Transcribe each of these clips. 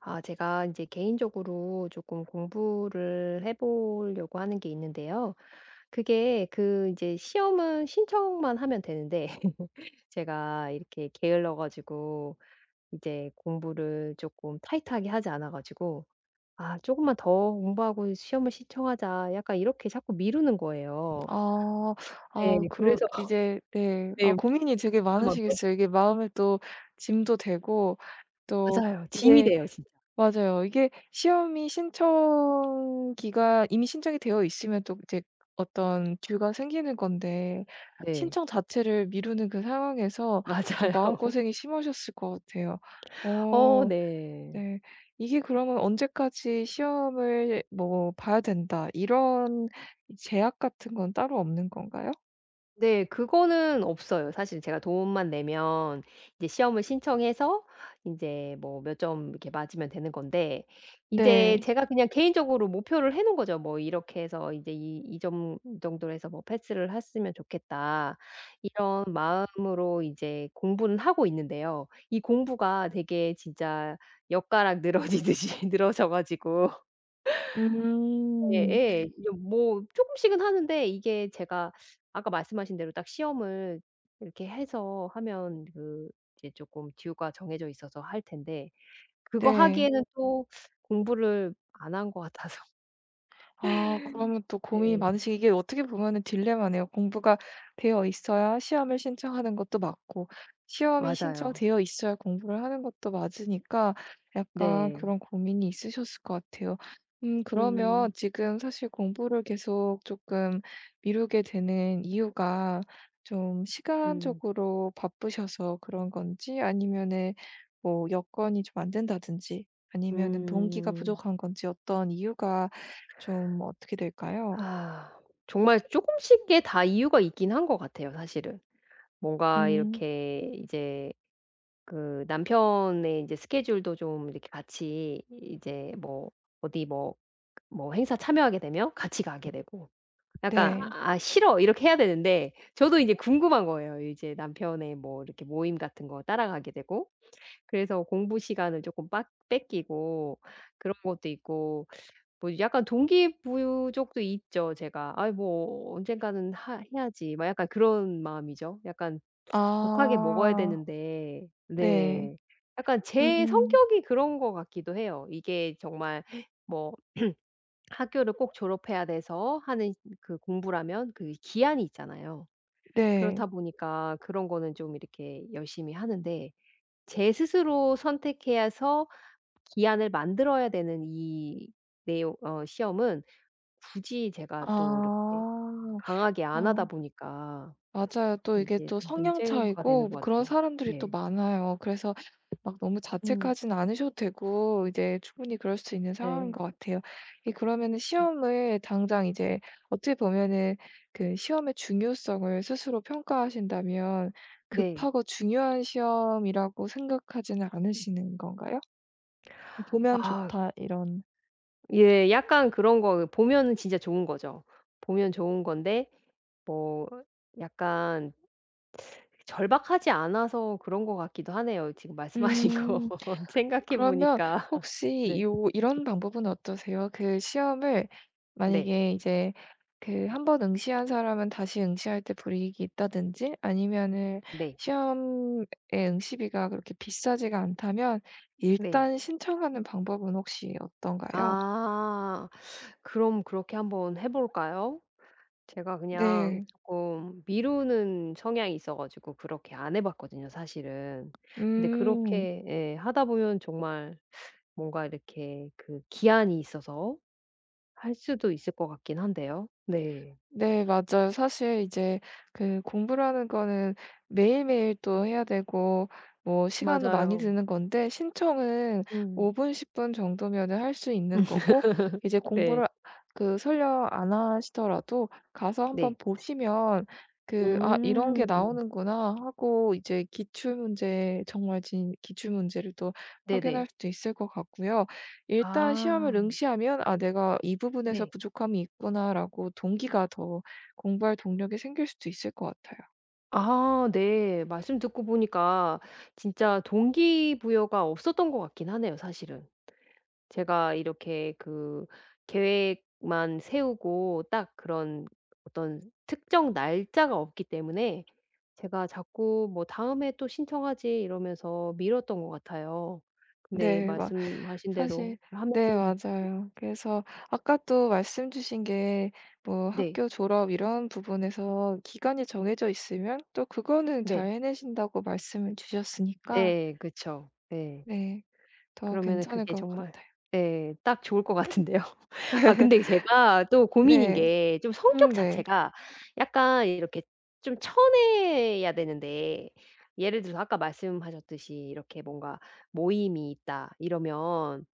아, 제가 이제 개인적으로 조금 공부를 해 보려고 하는 게 있는데요. 그게 그 이제 시험은 신청만 하면 되는데 제가 이렇게 게을러 가지고 이제 공부를 조금 타이트하게 하지 않아 가지고 '아 조금만 더 공부하고 시험을 신청하자.' 약간 이렇게 자꾸 미루는 거예요. 아. 네. 아 그러 그래서 이제 네. 네. 아 고민이 되게 벌써 막 몇 많으시겠어요. 이게 마음에 또 짐도 되고 또 맞아요. 짐이 이제 돼요 진짜. 맞아요. 이게 시험이 신청기가 이미 신청이 되어 있으면 또 이제 어떤 듀가 생기는 건데 네. 신청 자체를 미루는 그 상황에서 좀 맞아요. 마음고생이 심하셨을 것 같아요. 어 어. 네. 네. 이게 그러면 '언제까지 시험을 뭐 봐야 된다.' 이런 제약 같은 건 따로 없는 건가요? 네. 그거는 없어요. 사실 제가 돈만 내면 이제 시험을 신청해서 인제 뭐 몇 점 이렇게 맞으면 되는 건데 인제 네. 제가 그냥 개인적으로 목표를 해 놓은 거죠. 뭐 이렇게 해서 인제 이 이 점 정도로 해서 뭐 '패스를 했으면 좋겠다.' 이런 마음으로 이제 공부는 하고 있는데요. 이 공부가 되게 진짜 엿가락 늘어지듯이 늘어져 가지고 음. 예예. 이제 뭐 쪼끔씩은 하는데 이게 제가 아까 말씀하신 대로 딱 시험을 이렇게 해서 하면 그 이제 쪼끔 듀가 정해져 있어서 할 텐데 그거 네. 하기에는 또 공부를 안 한 것 같아서. 아 그러면 또 고민이 네. 많으시 이게 어떻게 보면은 딜레마네요. 공부가 되어 있어야 시험을 신청하는 것도 맞고 시험이 맞아요. 신청되어 있어야 공부를 하는 것도 맞으니까 약간 네. 그런 고민이 있으셨을 것 같아요. 그러면 음. 지금 사실 공부를 계속 조금 미루게 되는 이유가 좀 음. 시간적으로 바쁘셔서 그런 건지 아니면은 뭐 여건이 좀 안 된다든지 아니면은 동기가 음. 부족한 건지 어떤 이유가 좀 어떻게 될까요? 아. 정말 쪼끔씩의 다 이유가 있긴 한 것 같아요 사실은. 뭔가 음 이렇게 이제 그 남편의 이제 스케줄도 좀 이렇게 같이 이제 뭐 어디 뭐 뭐 행사 참여하게 되면 같이 가게 되고 약간 네. '아 아, 싫어.' 이렇게 해야 되는데 저도 이제 궁금한 거예요. 이제 남편의 뭐 이렇게 모임 같은 거 따라가게 되고 그래서 공부 시간을 쪼끔 빡 뺏기고 그런 것도 있고 뭐 약간 동기 부족도 있죠 제가. '아이 뭐 언젠가는 하 해야지.' 막 약간 그런 마음이죠. 약간 독하게 먹어야 아 되는데 네. 네. 약간 제 음 성격이 그런 것 같기도 해요. 이게 정말 뭐 학교를 꼭 졸업해야 돼서 하는 그 공부라면 그 기한이 있잖아요. 네. 그렇다 보니까 그런 거는 좀 이렇게 열심히 하는데 제 스스로 선택해서 기한을 만들어야 되는 이 내용 어 시험은 굳이 제가 또 이렇게 아. 강하게 안 하다 아 보니까 맞아요. 또 이게 이게 또 좀 성향 문제가 되는 차이고 뭐 것 그런 같아요. 사람들이 또 네. 많아요. 그래서 막 너무 음. 자책하진 않으셔도 되고 이제 충분히 그럴 수 있는 상황인 네. 것 같아요. 이 그러면은 음 시험을 당장 이제 어떻게 보면은 그 시험의 중요성을 스스로 평가하신다면 네. 급하고 중요한 시험이라고 생각하지는 않으시는 건가요? 보면 아 좋다 이런. 예. 약간 그런 거 보면은 진짜 좋은 거죠. 보면 좋은 건데 뭐 약간 절박하지 않아서 그런 것 같기도 하네요. 지금 말씀하신 거 음. 생각해 그러면 보니까. 혹시 네. 요 이런 방법은 어떠세요? 그 시험을 네. 만약에 이제 그 한번 응시한 사람은 다시 응시할 때 불이익이 있다든지 아니면은 네. 시험의 응시비가 그렇게 비싸지가 않다면 네. 일단 신청하는 방법은 혹시 어떤가요? 아. 그럼 그렇게 한번 해 볼까요? 제가 그냥 네. 쪼끔 미루는 성향이 있어 가지고 그렇게 안 해 봤거든요 사실은. 근데 음. 그렇게 예 하다 보면 정말 뭔가 이렇게 그 기한이 있어서 할 수도 있을 것 같긴 한데요. 네. 네, 맞아요. 사실 이제 그 공부라는 거는 매일매일 또 해야 되고 뭐 시간도 많이 맞아요. 드는 건데 신청은 음. 5분, 10분 정도면은 할 수 있는 거고 이제 네. 공부를 그 설령 안 하시더라도 가서 한번 네. 보시면 그 아, 이런 음. 게 나오는구나 하고 이제 기출 문제 정말 진 기출 문제를 또 네네. 확인할 수도 있을 것 같고요. 일단 시험을 아 응시하면 '아 내가 이 부분에서 네. 부족함이 있구나.'라고 동기가 더 공부할 동력이 생길 수도 있을 것 같아요. 아 네. 말씀 듣고 보니까 진짜 동기부여가 없었던 것 같긴 하네요 사실은. 제가 이렇게 그 계획만 세우고 딱 그런 어떤 특정 날짜가 없기 때문에 제가 자꾸 뭐 "다음에 또 신청하지." 이러면서 미뤘던 것 같아요. 근데 네. 막 말씀하신 대로 사실 네 하면은 맞아요. 그래서 아까 또 말씀 주신 게 뭐 네. 학교 졸업 이런 부분에서 기간이 정해져 있으면 또 그거는 네. 잘 해내신다고 말씀을 주셨으니까 네. 그쵸. 네. 네. 더 그러면은 괜찮을 그게 것 정말 같아요. 예 딱 좋을 것 같은데요. 아 근데 제가 또 고민인 네. 게 좀 성격 네. 자체가 약간 이렇게 좀 쳐내야 되는데 예를 들어서 아까 말씀하셨듯이 이렇게 뭔가 모임이 있다 이러면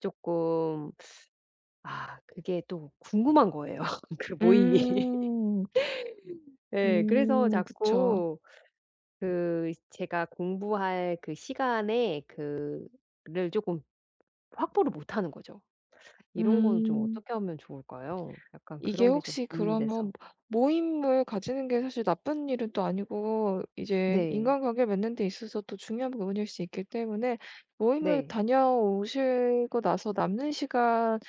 조금 아 그게 또 궁금한 거예요 그 모임이. 음. 예 그래서 그쵸. 자꾸 그 제가 공부할 그 시간에 그를 조금 확보를 못 하는 거죠. 이런 거는 좀 음. 어떻게 하면 좋을까요? 약간 이게 그런 게 좀 혹시 고민이 그러면 돼서. 모임을 가지는 게 사실 나쁜 일은 또 아니고 이제 네. 인간관계 맺는 데 있어서 또 중요한 부분일 수 있기 때문에 모임을 네. 다녀오시고 나서 남는 시간만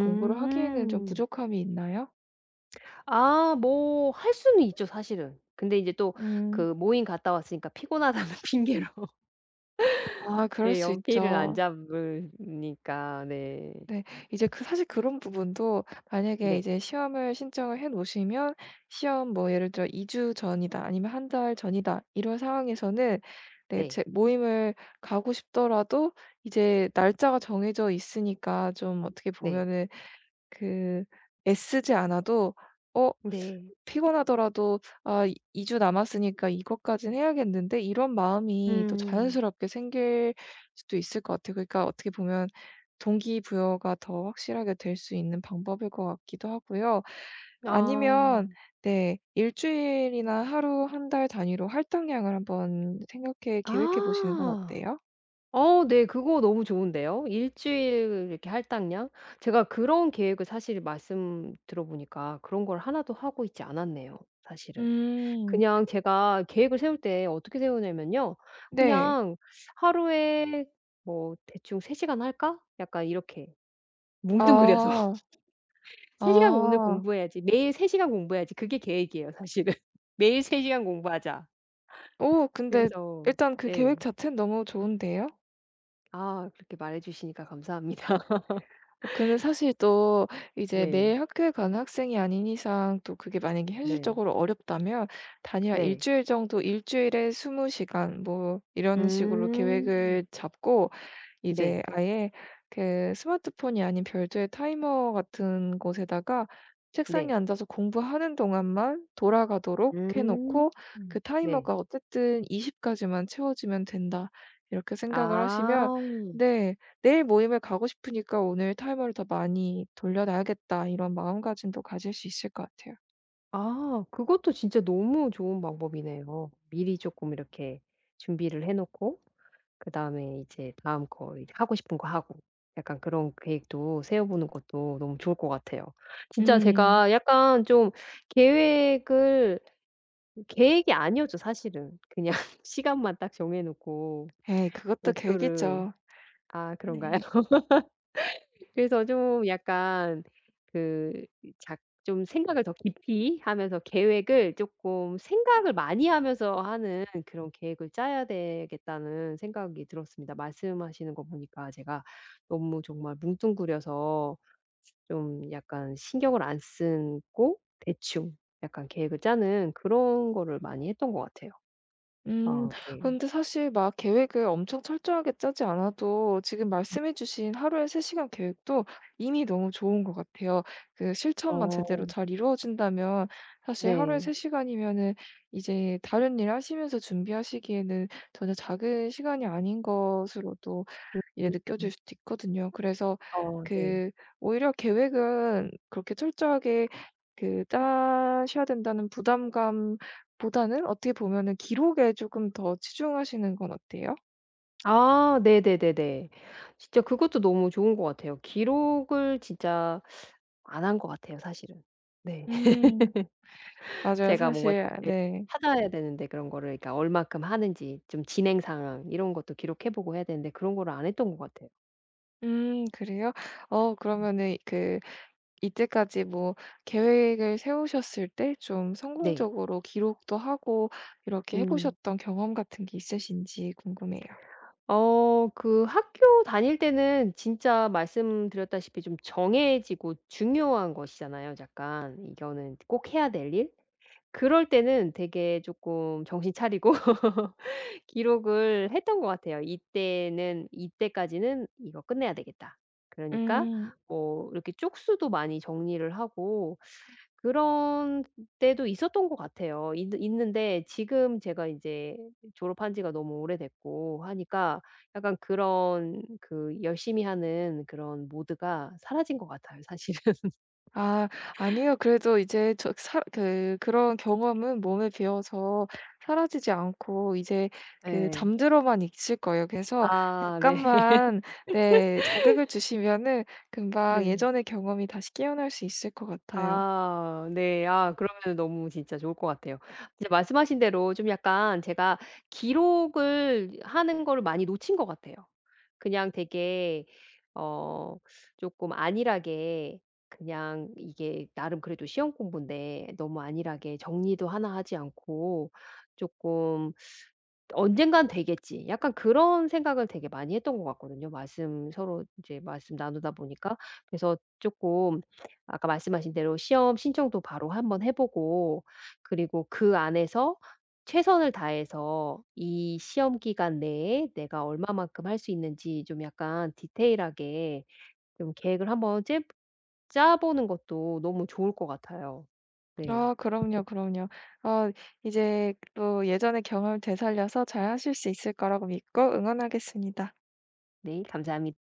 공부를 하기에는 좀 부족함이 있나요? 아 뭐 할 수는 있죠 사실은. 근데 이제 또 음. 그 모임 갔다 왔으니까 피곤하다는 핑계로 아 그럴 예 수 연필을 안 있죠. 잡으니까 네. 네. 이제 그 사실 그런 부분도 만약에 네. 이제 시험을 신청을 해 놓으시면 시험 뭐 예를 들어 2주 전이다 아니면 한 달 전이다 이런 상황에서는 네 네. 제 모임을 가고 싶더라도 이제 날짜가 정해져 있으니까 좀 어떻게 네. 보면은 그 애쓰지 않아도 '어 네. 네. 피곤하더라도 아 2 주 남았으니까 이것까진 해야겠는데.' 이런 마음이 또 음. 자연스럽게 생길 수도 있을 것 같아요. 그러니까 어떻게 보면 동기부여가 더 확실하게 될 수 있는 방법일 것 같기도 하고요. 아니면 아. 네 일 주일이나 하루 한 달 단위로 활동량을 한번 생각해 계획해 보시는 건 아. 어때요? 어 네. 그거 너무 좋은데요. 일주일 이렇게 할당량? 제가 그런 계획을 사실 말씀 들어 보니까 그런 걸 하나도 하고 있지 않았네요, 사실은. 음. 그냥 제가 계획을 세울 때 어떻게 세우냐면요. 네. 그냥 '하루에 뭐 대충 3시간 시간 할까?' 약간 이렇게 뭉뚱그려서 아. '3시간 시간 오늘 아. 공부해야지. 매일 3시간 시간 공부해야지.' 그게 계획이에요, 사실은. '매일 3시간 시간 공부하자.' 오 근데 그래서 일단 그 예. 계획 자체는 너무 좋은데요? 아 그렇게 말해 주시니까 감사합니다. 근데 사실 또 이제 네. 매일 학교에 가는 학생이 아닌 이상 또 그게 만약에 네. 현실적으로 어렵다면 단위가 일 네. 주일 정도 일 주일에 20 시간 뭐 이런 식으로 음. 계획을 잡고 네. 이제 아예 그 스마트폰이 아닌 별도의 타이머 같은 곳에다가 책상에 네. 앉아서 공부하는 동안만 돌아가도록 해 음. 놓고 음. 그 네. 타이머가 어쨌든 20 까지만 채워지면 된다. 이렇게 생각을 하시면 아. 네. '내일 모임에 가고 싶으니까 오늘 타이머를 더 많이 돌려 놔야겠다.' 이런 마음가짐도 가질 수 있을 것 같아요. 아 그것도 진짜 너무 좋은 방법이네요. 미리 쪼끔 이렇게 준비를 해 놓고 그다음에 이제 다음 거 이제 하고 싶은 거 하고 약간 그런 계획도 세워 보는 것도 너무 좋을 것 같아요. 진짜 음. 제가 약간 좀 계획을 계획이 아니었죠 사실은. 그냥 시간만 딱 정해 놓고 에이 그것도 목표를 계획이죠. 아 네. 그런가요? 그래서 좀 약간 그 작 좀 생각을 더 깊이 하면서 계획을 쪼끔 생각을 많이 하면서 하는 그런 계획을 짜야 되겠다는 생각이 들었습니다. 말씀하시는 거 보니까 제가 너무 정말 뭉뚱그려서 좀 약간 신경을 안 쓰고 대충 약간 계획을 짜는 그런 거를 많이 했던 것 같아요. 음. 아 네. 근데 사실 막 계획을 엄청 철저하게 짜지 않아도 지금 네. 말씀해 주신 하루에 3 시간 계획도 이미 너무 좋은 것 같아요. 그 실천만 제대로 어. 잘 이루어진다면 사실 하루에 네. 3 시간이면은 이제 다른 일 하시면서 준비하시기에는 전혀 작은 시간이 아닌 것으로도 이제 느껴질 음음. 수도 있거든요. 그래서 어 네. 그 오히려 계획은 그렇게 철저하게 그 짜셔야 된다는 부담감 보다는 어떻게 보면은 기록에 조금 더 치중하시는 건 어때요? 아 네네네네. 진짜 그것도 너무 좋은 것 같아요. 기록을 진짜 안 한 것 같아요 사실은. 네. 음. 맞아요. 제가 뭔가 사실 네. 찾아야 되는데 그런 거를 그러니까 얼마큼 하는지 좀 진행 상황 이런 것도 기록해 보고 해야 되는데 그런 거를 안 했던 것 같아요. 그래요? 어 그러면은 그 이때까지 뭐 계획을 세우셨을 때 좀 네. 성공적으로 기록도 하고 이렇게 해 음. 보셨던 경험 같은 게 있으신지 궁금해요. 어 그 학교 다닐 때는 진짜 말씀드렸다시피 좀 정해지고 중요한 것이잖아요 약간. 이거는 꼭 해야 될 일? 그럴 때는 되게 조금 정신 차리고 기록을 했던 것 같아요. 이때는 이때까지는 이거 끝내야 되겠다. 그러니까 음. 뭐 이렇게 쪽수도 많이 정리를 하고 그런 때도 있었던 것 같아요. 있 있는데 지금 제가 이제 졸업한 지가 너무 오래됐고 하니까 약간 그런 그 열심히 하는 그런 모드가 사라진 것 같아요 사실은. 아 아니요. 그래도 이제 저 사 그 그런 경험은 몸에 배어서 사라지지 않고 이제 그 네. 잠들어만 있을 거예요. 그래서 아 네. 약간만 네 자극을 주시면은 금방 네. 예전의 경험이 다시 깨어날 수 있을 것 같아요. 아 네. 아 그러면은 너무 진짜 좋을 것 같아요. 진짜 말씀하신 대로 좀 약간 제가 기록을 하는 거를 많이 놓친 것 같아요. 그냥 되게 어 쪼끔 안일하게 그냥 이게 나름 그래도 시험 공부인데 너무 안일하게 정리도 하나 하지 않고 쪼끔 언젠간 되겠지. 약간 그런 생각을 되게 많이 했던 것 같거든요. 말씀 서로 이제 말씀 나누다 보니까. 그래서 조금 아까 말씀하신 대로 시험 신청도 바로 한번 해 보고 그리고 그 안에서 최선을 다해서 이 시험 기간 내에 내가 얼마만큼 할 수 있는지 좀 약간 디테일하게 좀 계획을 한번 짜 보는 것도 너무 좋을 것 같아요. 네. 아 그럼요, 그럼요. 어 이제 또 예전의 경험을 되살려서 잘 하실 수 있을 거라고 믿고 응원하겠습니다. 네. 감사합니 다